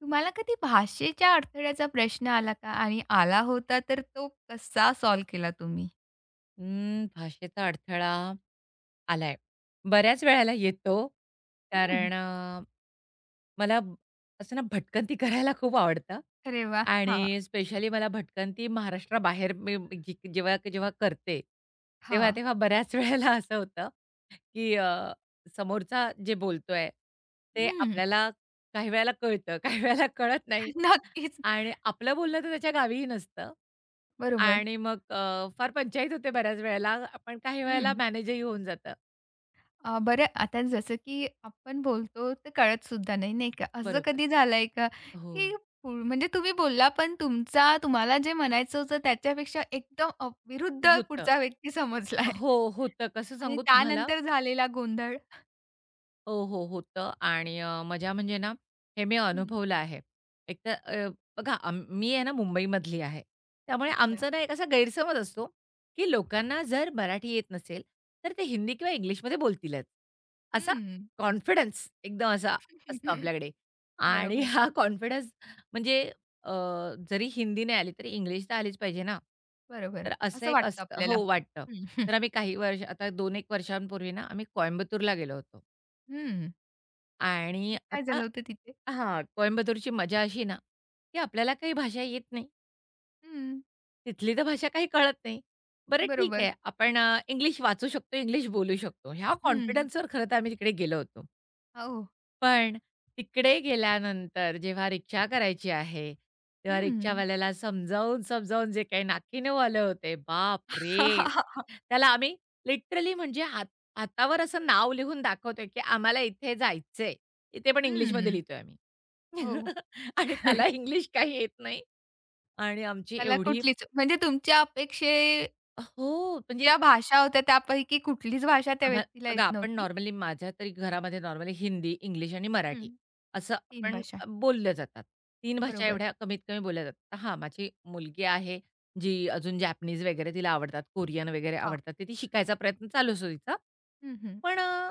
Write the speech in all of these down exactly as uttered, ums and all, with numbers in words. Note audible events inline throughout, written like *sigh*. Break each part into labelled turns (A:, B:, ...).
A: तुम्हाला कधी भाषेच्या अडथळ्याचा प्रश्न आला का? आणि आला होता तर तो कसा सॉल्व्ह केला तुम्ही?
B: अं, भाषेचा अडथळा आलाय. बऱ्याच वेळेला येतो.
A: हं.
B: कारण अ, मला ब- असं ना भटकंती *laughs* करायला खूप आवडतं
A: अरे वाह! हां,
B: आणि स्पेशली मला भटकंती महाराष्ट्राबाहेर मी मी जी जेव्हा जेव्हा करते, तेव्हा
A: हां.
B: तेव्हा बऱ्याच *laughs* वेळेला असं होतं, की अ, समोरचा जे बोलतोय, ते
A: हं.
B: आपल्याला काही वेळेला कळतं, काही वेळेला कळत नाही.
A: *laughs* नक्कीच.
B: आणि आपलं बोलणं तर त्याच्या गावीही नसतं.
A: बरोबर.
B: आणि मग अ, फार पंचायत होते बऱ्याच वेळेला. पण काही वेळेला
A: हं.
B: मॅनेजही होऊन जातं.
A: अ, बरं आता जसं की आपण बोलतो तर कळत सुद्धा नाही, नाही का? असं
B: बरोबर.
A: कधी झालंय का,
B: हो.
A: की पु म्हणजे तुम्ही बोलला पण तुमचा तुम्हाला जे म्हणायचं होतं त्याच्यापेक्षा एकदम अ, विरुद्ध
B: होतं.
A: पुढचा व्यक्ती समजलाय.
B: हो, होतं. कसं
A: आणि
B: सांगू तुम्हाला
A: त्यानंतर झालेला गोंधळ?
B: हो, हो. होतं आणि अ, मजा म्हणजे ना, हे मी
A: हं.
B: अनुभवलं आहे. एकतर अ, बघा आम मी आहे ना मुंबईमधली आहे. त्यामुळे
A: अच्छा.
B: आमचा ना एक असा गैरसमज असतो, की लोकांना जर मराठी येत नसेल, तर ते हिंदी किंवा इंग्लिशमध्ये बोलतीलच. असा
A: हं.
B: कॉन्फिडन्स एकदम असा असतो
A: *laughs*
B: आपल्याकडे आणि
A: बरोबर,
B: हा कॉन्फिडन्स म्हणजे अ, जरी हिंदी नाही आली, तरी इंग्लिश तर आलीच पाहिजे ना.
A: बरोबर.
B: तर असं
A: असं
B: एक
A: वाटतं
B: असतं
A: आपल्याला.
B: हो, वाटतं.
A: हं,
B: तर आम्ही काही वर्ष आता दोन एक वर्षांपूर्वी ना, आम्ही कोयंबतूरला गेलो होतो.
A: हं.
B: आणि
A: मग काय
B: आता
A: झालं होतं तिथे?
B: हां, कोइंबतूरची मजा अशी ना, की आपल्याला काही भाषा येत नाही.
A: हं,
B: तिथली तर भाषा काही कळत नाही. बरं ठीक
A: बरोबर.
B: आहे, आपण अ, इंग्लिश वाचू शकतो, इंग्लिश बोलू शकतो. ह्या
A: हं.
B: कॉन्फिडन्सवर खरं तर आम्ही तिकडे गेलो होतो.
A: हो.
B: पण तिकडे गेल्यानंतर जेव्हा रिक्षा करायची आहे, तेव्हा
A: हं.
B: रिक्षावाल्याला समजावून-समजावून जे काही नाकीनऊ आले होते,
A: हं.
B: बापरे!
A: *laughs*
B: त्याला आम्ही लिटरली म्हणजे हात हातावर असं नाव लिहून दाखवतोय, की आम्हाला इथे जायचंय. इथे पण इंग्लिशमध्ये लिहितोय आम्ही.
A: हो.
B: *laughs* आणि त्याला
A: *laughs*
B: इंग्लिश काही येत नाही आणि आमची
A: त्याला
B: एवढी
A: कुठलीच म्हणजे तुमच्या अपेक्षे
B: हो, म्हणजे
A: ज्या भाषा होत्या त्यापैकी कुठलीच भाषा त्या
B: आभा
A: व्यक्तीला
B: अगं,
A: येत
B: आपण
A: नव्हती.
B: नॉर्मली माझ्या तरी घरामध्ये नॉर्मली हिंदी, इंग्लिश आणि
A: हं.
B: मराठी असं
A: तीन
B: आपण
A: भाषा.
B: अ, बोलल्या जातात. तीन भाषा
A: बरोबर.
B: एवढ्या कमीत कमी बोलल्या जातात. तर हां, माझी मुलगी आहे, जी अजून जॅपनीज वगैरे तिला आवडतात, कोरियन वगैरे
A: हां.
B: आवडतात. तर ती शिकायचा प्रयत्न चालू असतो तिचा.
A: हं, हं.
B: पण अ,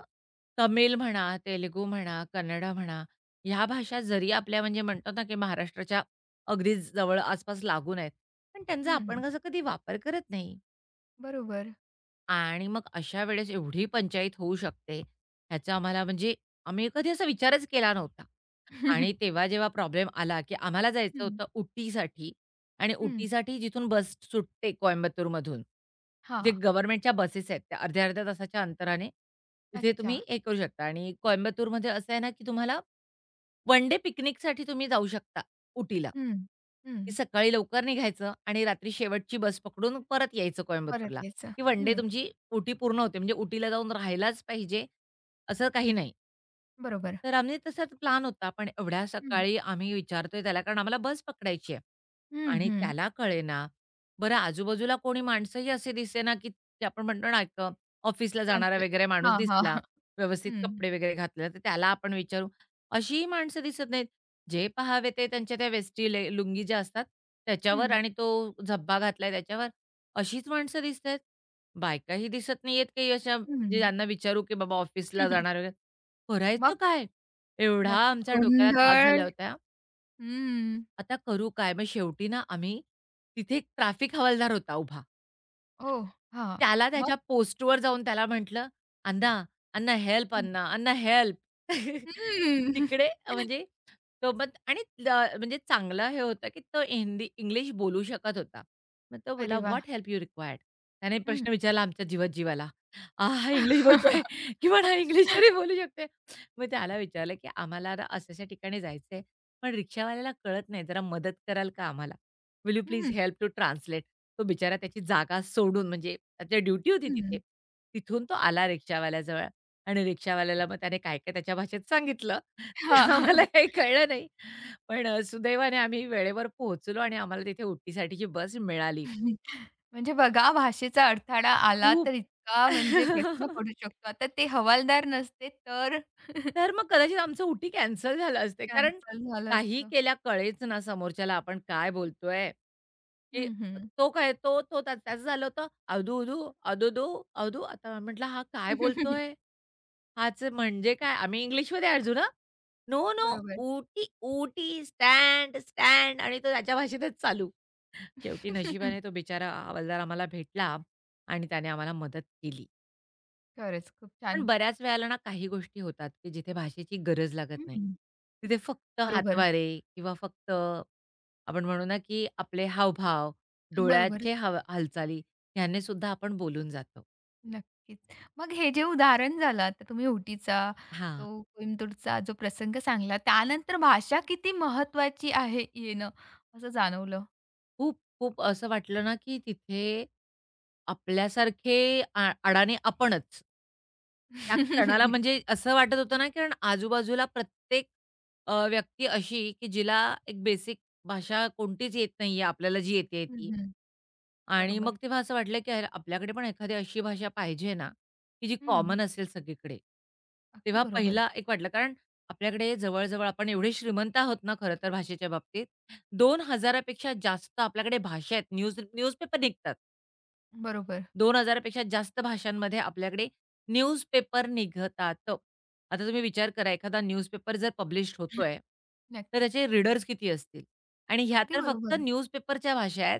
B: तमिळ म्हणा, तेलुगू म्हणा, कन्नड म्हणा, ह्या भाषा जरी आपल्या म्हणजे म्हणतो ना, की महाराष्ट्राच्या अगदी जवळ आसपास लागून आहेत. पण त्यांचा
A: हं,
B: आपण
A: हं.
B: कसं कधी वापर करत नाही.
A: बरोबर.
B: आणि मग अशा वेळेस एवढी पंचायत होऊ शकते, ह्याचा आम्हाला म्हणजे आम्ही कधी असा विचारच केला नव्हता. आणि
A: *laughs*
B: तेव्हा जेव्हा प्रॉब्लेम आला, की आम्हाला जायचं
A: हं,
B: होतं उटीसाठी आणि
A: हं.
B: उटीसाठी जिथून बस सुटते कोयंबतूरमधून, जे
A: हां.
B: गव्हर्नमेंटच्या बसेस आहेत, त्या अर्ध्या-अर्ध्या तासाच्या अंतराने तिथे तुम्ही
A: अच्छा.
B: हे करू शकता आणि कोयंबतूरमध्ये असं आहे ना, की तुम्हाला वन डे पिकनिकसाठी तुम्ही जाऊ शकता उटीला.
A: हं, हं.
B: की सकाळी लवकर निघायचं आणि रात्री शेवटची बस पकडून परत यायचं कोइंबतूरला.
A: परत यायचं.
B: की वन डे
A: हं.
B: तुमची उटी पूर्ण होते. म्हणजे उटीला जाऊन राहायलाच पाहिजे असं काही नाही.
A: बरोबर.
B: तर आम्ही तसाच प्लॅन होता. पण एवढ्या
A: हं,
B: सकाळी आम्ही विचारतोय त्याला कारण आम्हाला बस पकडायची आहे.
A: हं,
B: आणि
A: हं.
B: त्याला कळेना. बरं आजूबाजूला कोणी माणसंही असे दिसेना, की जे आपण म्हणतो ना, एक ऑफिसला जाणारा
A: ट्रान्सले
B: वगैरे माणूस
A: हां,
B: दिसला,
A: हां.
B: व्यवस्थित
A: हं,
B: कपडे वगैरे घातलेला, तर त्याला आपण विचारू अशीही माणसं दिसत नाहीत. जे पहावे ते त्यांच्या त्या वेस्टी ले लुंगी ज्या असतात
A: हं,
B: त्याच्यावर
A: हं.
B: आणि तो झब्बा घातलाय त्याच्यावर. अशीच माणसं दिसतायत. बायकाही दिसत नाहीयेत काही अशा जे ज्यांना विचारू, की बाबा
A: *laughs*
B: ऑफिसला
A: हं.
B: जाणार वगैरे.
A: मग
B: करायचं काय? एवढा
A: नक्कीच
B: आमच्या डोक्याला ताप
A: गोंधळ
B: झाल्या होत्या.
A: हं.
B: आता करू काय? मग शेवटी ना आम्ही तिथे एक ट्रॅफिक हवालदार होता उभा.
A: ओह! हां.
B: त्याला
A: मग?
B: त्याच्या पोस्टवर जाऊन त्याला म्हटलं, "अण्णा, अण्णा हेल्प अण्णा, अण्णा हेल्प." *laughs*
A: हं.
B: तिकडे म्हणजे तो मग आणि ल म्हणजे चांगलं हे होतं, की तो हिंदी इंग्लिश बोलू शकत होता. मग तो बोला,
A: अरे वाह!
B: "What help you required?" त्याने
A: हं.
B: प्रश्न विचारला आमच्या जीवात जीवाला. आ, हा इंग्लिश बोलतोय
A: *laughs*
B: किंवा हा इंग्लिश तरी बोलू शकतोय. मग त्याला विचारलं, की "आम्हाला ना अशा-अशा ठिकाणी जायचंय. पण रिक्षावाल्याला कळत नाही, "जरा मदत कराल का आम्हाला? विल यू प्लीज
A: हं,
B: हेल्प टू ट्रान्सलेट?" तो बिचारा त्याची जागा सोडून म्हणजे त्याची ड्युटी होती तिथे.
A: हं.
B: तिथून तो आला रिक्षावाल्याजवळ आणि रिक्षावाल्याला मग त्याने काय-काय त्याच्या भाषेत सांगितलं. *laughs* ते आम्हाला
A: हां.
B: काही कळलं नाही. पण अ, सुदैवाने आम्ही वेळेवर पोहोचलो आणि आम्हाला तिथे उटीसाठीची बस मिळाली.
A: म्हणजे बघा भाषेचा अडथळा आला
B: खूप
A: तर इतका म्हणजे प्रश्न
B: *laughs*
A: पडू शकतो. आता ते हवालदार नसते तर *laughs*
B: तर मग कदाचित आमचं उटी कॅन्सल झालं असते. कारण
A: कॅन्सल झालं
B: काही
A: असतं.
B: केल्या कळेच ना समोरच्याला आपण काय बोलतोय, की
A: हं, हं.
B: तो काय तो तो त्या त्याचं झालं होतं अदू-उदू, अदू-दू, अदू. आता म्हटलं हा काय बोलतोय?
A: *laughs*
B: हाच म्हणजे काय? आम्ही इंग्लिशमध्ये अर्जू ना? नो, नो,
A: बरोबर.
B: ऊटी, ऊटी, स्टँड, स्टँड आणि तो त्याच्या भाषेतच चालू. शेवटी नशिबाने तो बिचारा हवालदार आम्हाला भेटला आणि त्याने आम्हाला मदत केली.
A: खरंच खूप
B: पण
A: छान.
B: बऱ्याच वेळेला ना काही गोष्टी होतात, की जिथे भाषेची गरज लागत नाही.
A: हं.
B: तिथे फक्त
A: बरोबर,
B: हातवारे किंवा फक्त आपण म्हणू ना, की आपले हावभाव,
A: बरोबर.
B: डोळ्याचे हाव हालचाली ह्याने सुद्धा आपण बोलून जातो.
A: नक्कीच. मग हे जे उदाहरण झालं आता तुम्ही उटीचा,
B: हां.
A: तो कोइंबतूरचा जो प्रसंग सांगला, त्यानंतर भाषा किती महत्त्वाची आहे येणं, असं जाणवलं.
B: खूप-खूप असं वाटलं ना, की तिथे आपल्यासारखे आ अडाणी आपणच. त्या क्षणाला
A: *laughs*
B: म्हणजे असं वाटत होतं ना, कारण आजूबाजूला प्रत्येक अ, व्यक्ती अशी, की जिला एक बेसिक भाषा कोणतीच येत नाहीये, आपल्याला जी येतेय
A: हं,
B: ती.
A: हं.
B: आणि
A: बरोबर.
B: मग तेव्हा असं वाटलं, की अरे आपल्याकडे पण एखादी अशी भाषा पाहिजे ना, की जी
A: हं.
B: कॉमन असेल सगळीकडे.
A: अगदी
B: तेव्हा
A: बरोबर.
B: पहिला एक वाटलं कारण आपल्याकडे जवळ आपण एवढे श्रीमंत आहोत ना खरं तर भाषेच्या बाबतीत. दोन हजार पेक्षा जास्त आपल्याकडे भाषा आहेत. न्यूज न्यूजपेपर निघतात.
A: बरोबर.
B: दोन हजार पेक्षा जास्त भाषांमध्ये आपल्याकडे न्यूजपेपर निघतात. आता तुम्ही विचार करा एखादा न्यूजपेपर जर पब्लिश्ड होतोय, तर
A: नक्कीच.
B: त्याचे रीडर्स किती असतील? आणि ह्या
A: अगदी
B: तर फक्त
A: बरोबर.
B: न्यूजपेपरच्या भाषा आहेत.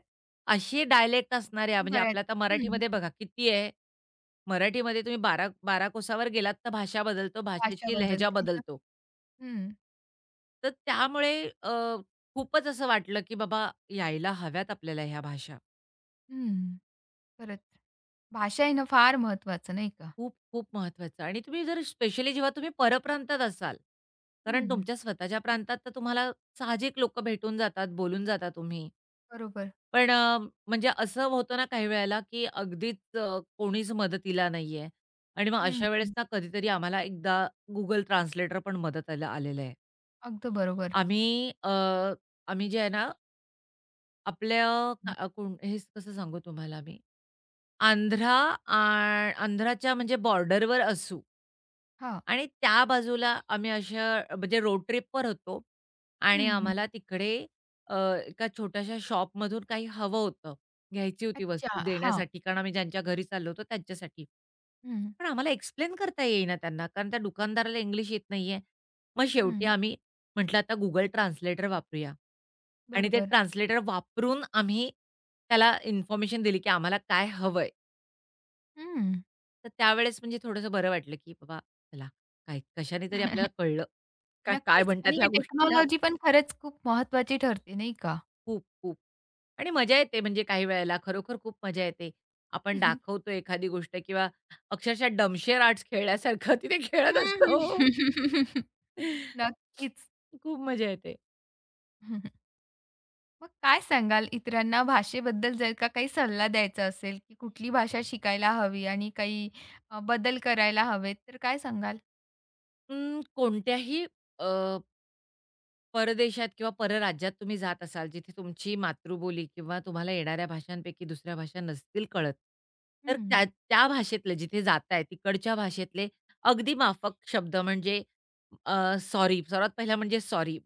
B: असे डायलेक्ट असणाऱ्या म्हणजे
A: बऱ्याच
B: आपल्या आता
A: हं,
B: मराठीमध्ये बघा किती आहे? मराठीमध्ये तुम्ही 12- 12 कोसावर गेलात तर भाषा बदलतो,
A: भाषा
B: भाषेची लहजा
A: बदलते.
B: बदलतो.
A: हं,
B: तर त्यामुळे अ, खूपच असं वाटलं, की बाबा यायला हव्यात आपल्याला ह्या भाषा.
A: हं. खरंच. भाषा येणं फार महत्त्वाचं नाही का?
B: खूप खूप महत्त्वाचं आणि तुम्ही जर स्पेशली जेव्हा तुम्ही परप्रांतात असाल, कारण
A: हं,
B: तुमच्या स्वतःच्या प्रांतात तर तुम्हाला साहजिक लोकं भेटून जातात, बोलून जाता तुम्ही.
A: बरोबर.
B: पण अ, म्हणजे असं होतं ना काही वेळेला, की अगदीच अ, कोणीच मदतीला नाहीये आणि मग
A: हं,
B: अशा वेळेस ना कधीतरी आम्हाला एकदा Google ट्रान्सलेटर पण मदतीला आलेलं आहे.
A: अगदी बरोबर.
B: आम्ही अ, आम्ही जे आहे ना आपल्या अ, कोण हे कसं सांगू तुम्हाला मी? आंध्रा आण आंध्राच्या म्हणजे बॉर्डरवर असू
A: हां.
B: आणि त्या बाजूला आम्ही अशा म्हणजे रोड ट्रिपवर होतो आणि
A: हं,
B: आम्हाला तिकडे अ, एका छोट्याशा शॉपमधून काही हवं होतं. घ्यायची होती वस्तू
A: अच्छा. हां.
B: देण्यासाठी कारण आम्ही ज्यांच्या घरी चाललो होतो त्यांच्यासाठी.
A: हं,
B: पण आम्हाला एक्सप्लेन करता येईना त्यांना कारण त्या दुकानदाराला इंग्लिश येत नाहीये. मग शेवटी
A: हं.
B: आम्ही म्हटलं आता Google ट्रान्सलेटर वापरूया आणि ते
A: बरोबर.
B: ट्रान्सलेटर वापरून आम्ही त्याला इन्फॉर्मेशन दिली की आम्हाला काय हवंय.
A: हं.
B: तर त्यावेळेस म्हणजे थोडंसं बरं वाटलं, की बाबा चला काय कशाने तरी आपल्याला
A: *laughs*
B: कळलं. का काय
A: नक्कीच आणि
B: म्हणतात ह्या
A: ही
B: गोष्टीला?
A: टेक्नॉलॉजी पण खरंच खूप महत्त्वाची ठरते, नाही का?
B: खूप, खूप. आणि मजा येते म्हणजे काही वेळेला खरोखर खूप मजा येते. आपण
A: *laughs*
B: दाखवतो एखादी गोष्ट किंवा अक्षरशः डमशेर आर्ट्स खेळल्यासारखं तिथे खेळत असतो.
A: हं. *laughs*
B: *laughs*
A: नक्कीच.
B: खूप मजा येते.
A: मग काय सांगाल इतरांना भाषेबद्दल जर का काही सल्ला द्यायचा असेल, की कुठली भाषा शिकायला हवी आणि काही अ, बदल करायला हवेत, तर काय सांगाल?
B: अं, कोणत्याही परदेशात किंवा परराज्यात तुम्ही जात असाल, जिथे तुमची मातृबोली किंवा तुम्हाला येणाऱ्या भाषांपैकी दुसऱ्या भाषा नसतील कळत, तर
A: हं,
B: त्या त्या भाषेतले जिथे जाताय तिकडच्या भाषेतले अगदी माफक शब्द म्हणजे अ, सॉरी सर्वात पहिला म्हणजे सॉरी.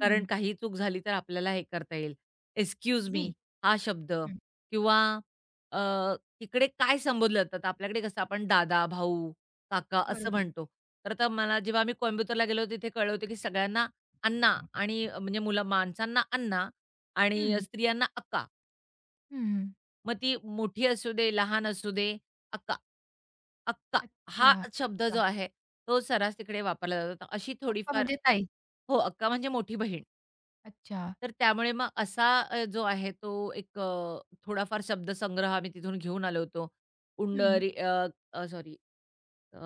B: कारण काही चूक झाली तर आपल्याला हे करता येईल. एक्सक्यूज
A: अगदी.
B: मी हा शब्द
A: हं.
B: किंवा अ, तिकडे काय संबोधलं जातं? तर आपल्याकडे कसं आपण दादा, भाऊ, काका असं
A: बरोबर.
B: म्हणतो. तर आता मला जेव्हा आम्ही कोइंबतूरला गेलो तिथे कळलं होतं, की सगळ्यांना अण्णा आणि अ, म्हणजे मुलं माणसांना अण्णा आणि
A: हं,
B: स्त्रियांना अक्का.
A: हं.
B: मग ती मोठी असू दे, लहान असू दे, अक्का. अक्का हा
A: अच्छा.
B: शब्द जो
A: वाह!
B: आहे, तो सर्रास तिकडे वापरला जातो. तर अशी
A: अक्का
B: थोडीफार
A: म्हणजे ताई.
B: हो, अक्का म्हणजे मोठी बहीण.
A: अच्छा.
B: तर त्यामुळे मग असा अ, जो आहे तो एक अ, थोडाफार शब्दसंग्रह आम्ही तिथून घेऊन आलो होतो.
A: हं.
B: उंडरी सॉरी अ,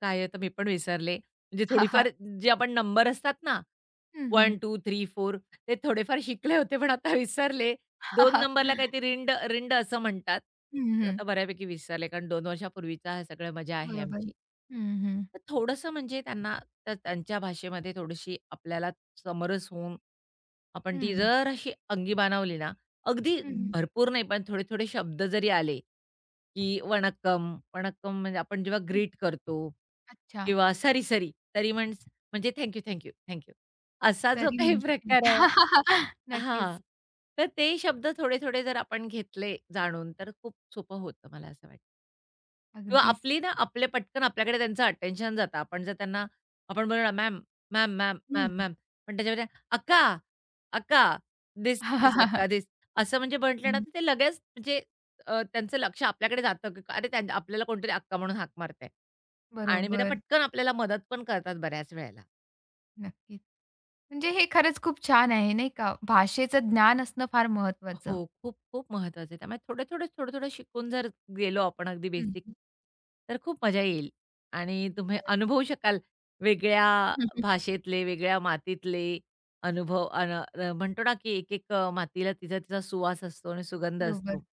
B: काय आहे तर मी पण विसरले. म्हणजे थोडीफार
A: *laughs*
B: जे आपण नंबर असतात ना,
A: हं, हं.
B: वन टू, तीन, चार ते थोडेफार शिकले होते, पण आता विसरले. दोन नंबरला काहीतरी रिंड रिंड असं म्हणतात.
A: हं,
B: पण
A: हं.
B: आता बऱ्यापैकी विसरले, कारण दोन वर्षापूर्वीचा ह्या सगळ्या मजा आहे
A: बरोबर.
B: आमची.
A: हं, हं.
B: तर थोडंसं म्हणजे त्यांना त्या त्यांच्या भाषेमध्ये थोडीशी आपल्याला समरस होऊन आपण
A: हं,
B: ती
A: हं.
B: जर अशी अंगी बाणावली ना, अगदी
A: हं.
B: भरपूर नाही, पण थोडे-थोडे शब्द जरी आले, की वणक्कम, वणक्कम म्हणजे आपण जेव्हा ग्रीट करतो
A: अच्छा.
B: किंवा सरी, सरी, सरी म्हणज म्हणजे thank you, thank you, thank you. असा जो
A: सरी
B: काही
A: म्हणजे ते.
B: प्रकार आहे हां,
A: नक्कीच.
B: तर ते शब्द थोडे-थोडे जर आपण घेतले जाणून, तर खूप सोपं होतं मला असं वाटतं. किंवा
A: अगदीच.
B: आपली ना आपले पटकन आपल्याकडे त्यांचं अटेन्शन जातं. आपण जर त्यांना आपण बोललो ना, "मॅम, मॅम, मॅम,
A: हं.
B: Ma'am, ma'am." पण त्याच्यामध्ये "अक्का, अक्का, धिस, धिस, अक्का, धिस." असं म्हणजे म्हटलं ना,
A: हं.
B: तर ते लगेच म्हणजे अ, त्यांचं लक्ष आपल्याकडे जातं, की अरे त्यां आपल्याला कोणीतरी अक्का म्हणून हाक मारतंय. आणि मग त्या
A: बरोबर.
B: पटकन आपल्याला मदत पण करतात बऱ्याच वेळेला.
A: नक्कीच. म्हणजे हे खरंच खूप छान आहे, नाही का? भाषेचं ज्ञान असणं फार महत्वाचं.
B: हो, खूप, खूप महत्वाचं आहे. त्यामुळे थोडं-थोडं, थोडं-थोडं शिकून जर गेलो आपण अगदी
A: हं,
B: बेसिक,
A: हं.
B: तर खूप मजा येईल आणि तुम्ही
A: खरंच.
B: अनुभवू शकाल वेगळ्या भाषेतले, वेगळ्या मातीतले अनुभव अन अ, म्हणतो ना, की एक-एक अ, मातीला तिचा-तिचा सुवास असतो आणि सुगंध
A: बरोबर,
B: असतो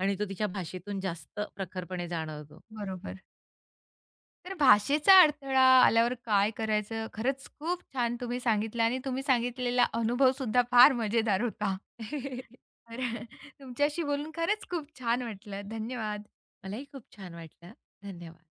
B: आणि तो तिच्या भाषेतून जास्त प्रखरपणे जाणवतो.
A: बरोबर. तर भाषेचा अडथळा आल्यावर काय करायचं? खरंच खूप छान तुम्ही सांगितलं आणि तुम्ही सांगितलेला अनुभव सुद्धा फार मजेदार होता.
B: *laughs*
A: तर *laughs* तुमच्याशी बोलून खरंच खूप छान वाटलं. धन्यवाद.
B: मलाही खूप छान वाटलं. धन्यवाद.